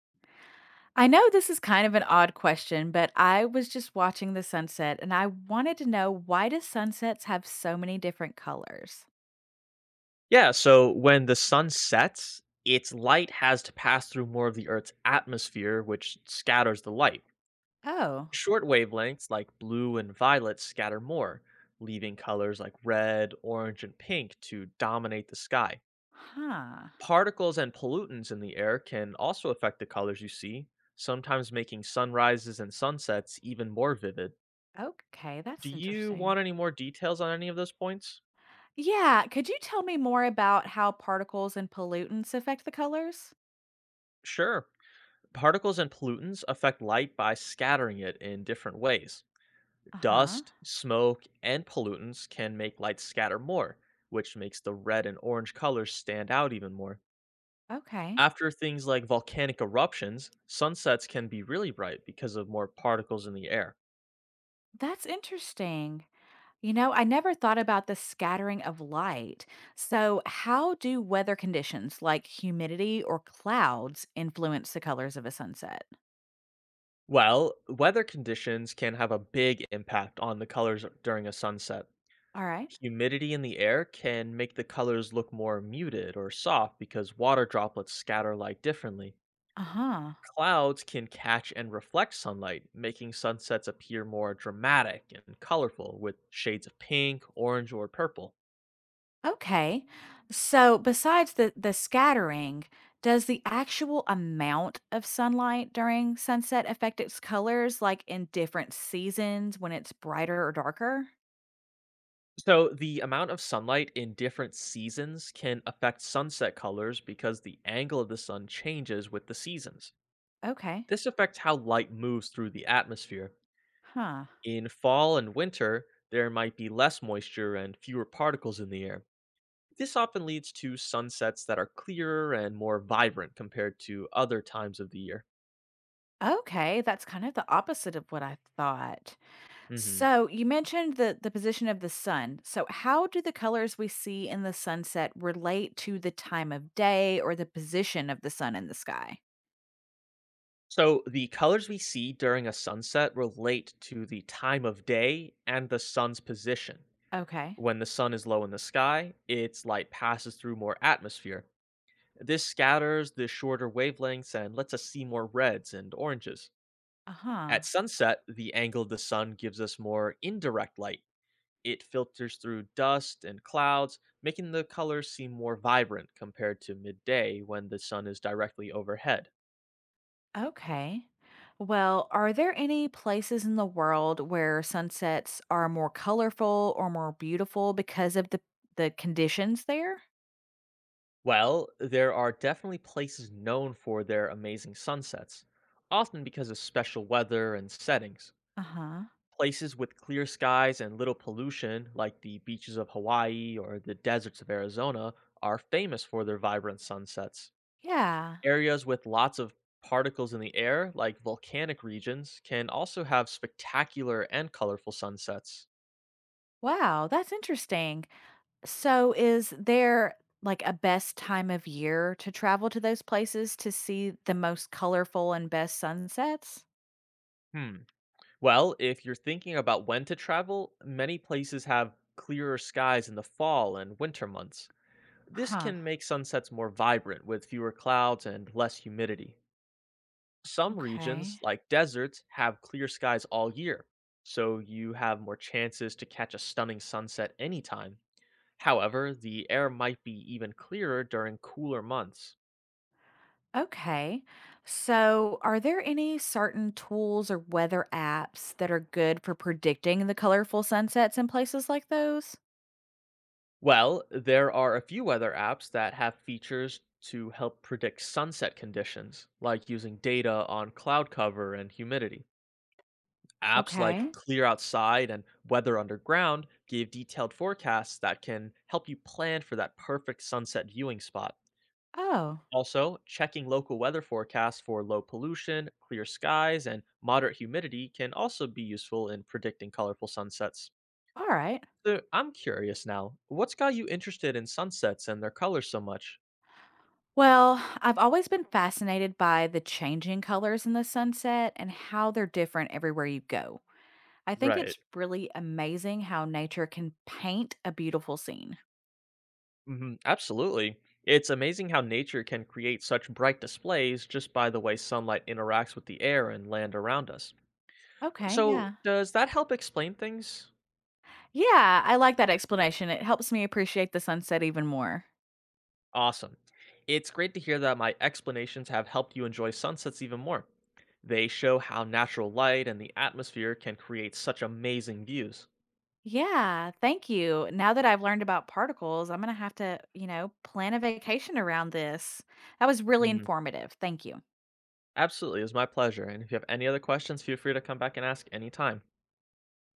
I know this is kind of an odd question, but I was just watching the sunset and I wanted to know, why do sunsets have so many different colors? Yeah, so when the sun sets, its light has to pass through more of the Earth's atmosphere, which scatters the light. Oh, Short wavelengths like blue and violet scatter more, leaving colors like red, orange, and pink to dominate the sky. huh. Particles and pollutants in the air can also affect the colors you see, sometimes making sunrises and sunsets even more vivid. Okay, Do that's you interesting. want any more details on any of those points? Yeah, could you tell me more about how particles and pollutants affect the colors? Sure. Particles and pollutants affect light by scattering it in different ways. Uh-huh. Dust, smoke, and pollutants can make light scatter more, which makes the red and orange colors stand out even more. Okay. After things like volcanic eruptions, sunsets can be really bright because of more particles in the air. That's interesting. You know, I never thought about the scattering of light. So, how do weather conditions like humidity or clouds influence the colors of a sunset? Well, weather conditions can have a big impact on the colors during a sunset. All right. Humidity in the air can make the colors look more muted or soft because water droplets scatter light differently. Uh-huh. Clouds can catch and reflect sunlight, making sunsets appear more dramatic and colorful with shades of pink, orange, or purple. Okay. So besides the scattering, does the actual amount of sunlight during sunset affect its colors, like in different seasons when it's brighter or darker? So, the amount of sunlight in different seasons can affect sunset colors because the angle of the sun changes with the seasons. Okay. This affects how light moves through the atmosphere. Huh. In fall and winter, there might be less moisture and fewer particles in the air. This often leads to sunsets that are clearer and more vibrant compared to other times of the year. Okay, that's kind of the opposite of what I thought. Hmm. So, you mentioned the position of the sun. So, how do the colors we see in the sunset relate to the time of day or the position of the sun in the sky? So the colors we see during a sunset relate to the time of day and the sun's position. Okay. When the sun is low in the sky, its light passes through more atmosphere. This scatters the shorter wavelengths and lets us see more reds and oranges. Uh-huh. At sunset, the angle of the sun gives us more indirect light. It filters through dust and clouds, making the colors seem more vibrant compared to midday when the sun is directly overhead. Okay. Well, are there any places in the world where sunsets are more colorful or more beautiful because of the conditions there? Well, there are definitely places known for their amazing sunsets, often because of special weather and settings. Uh-huh. Places with clear skies and little pollution, like the beaches of Hawaii or the deserts of Arizona, are famous for their vibrant sunsets. Yeah. Areas with lots of particles in the air, like volcanic regions, can also have spectacular and colorful sunsets. Wow, that's interesting. So is there like a best time of year to travel to those places to see the most colorful and best sunsets? Hmm. Well, if you're thinking about when to travel, many places have clearer skies in the fall and winter months. This Huh. can make sunsets more vibrant with fewer clouds and less humidity. Some Okay. regions, like deserts, have clear skies all year, so you have more chances to catch a stunning sunset anytime. However, the air might be even clearer during cooler months. Okay. So, are there any certain tools or weather apps that are good for predicting the colorful sunsets in places like those? Well, there are a few weather apps that have features to help predict sunset conditions, like using data on cloud cover and humidity. Apps like Okay. Clear Outside and Weather Underground give detailed forecasts that can help you plan for that perfect sunset viewing spot. Oh, Also, checking local weather forecasts for low pollution, clear skies, and moderate humidity can also be useful in predicting colorful sunsets. all right. So I'm curious now, what's got you interested in sunsets and their colors so much? Well, I've always been fascinated by the changing colors in the sunset and how they're different everywhere you go. I think Right. it's really amazing how nature can paint a beautiful scene. Absolutely. It's amazing how nature can create such bright displays just by the way sunlight interacts with the air and land around us. Okay, So, yeah. does that help explain things? Yeah, I like that explanation. It helps me appreciate the sunset even more. Awesome. It's great to hear that my explanations have helped you enjoy sunsets even more. They show how natural light and the atmosphere can create such amazing views. Yeah, thank you. Now that I've learned about particles, I'm going to have to, plan a vacation around this. That was really informative. Thank you. Absolutely. It was my pleasure. And if you have any other questions, feel free to come back and ask anytime.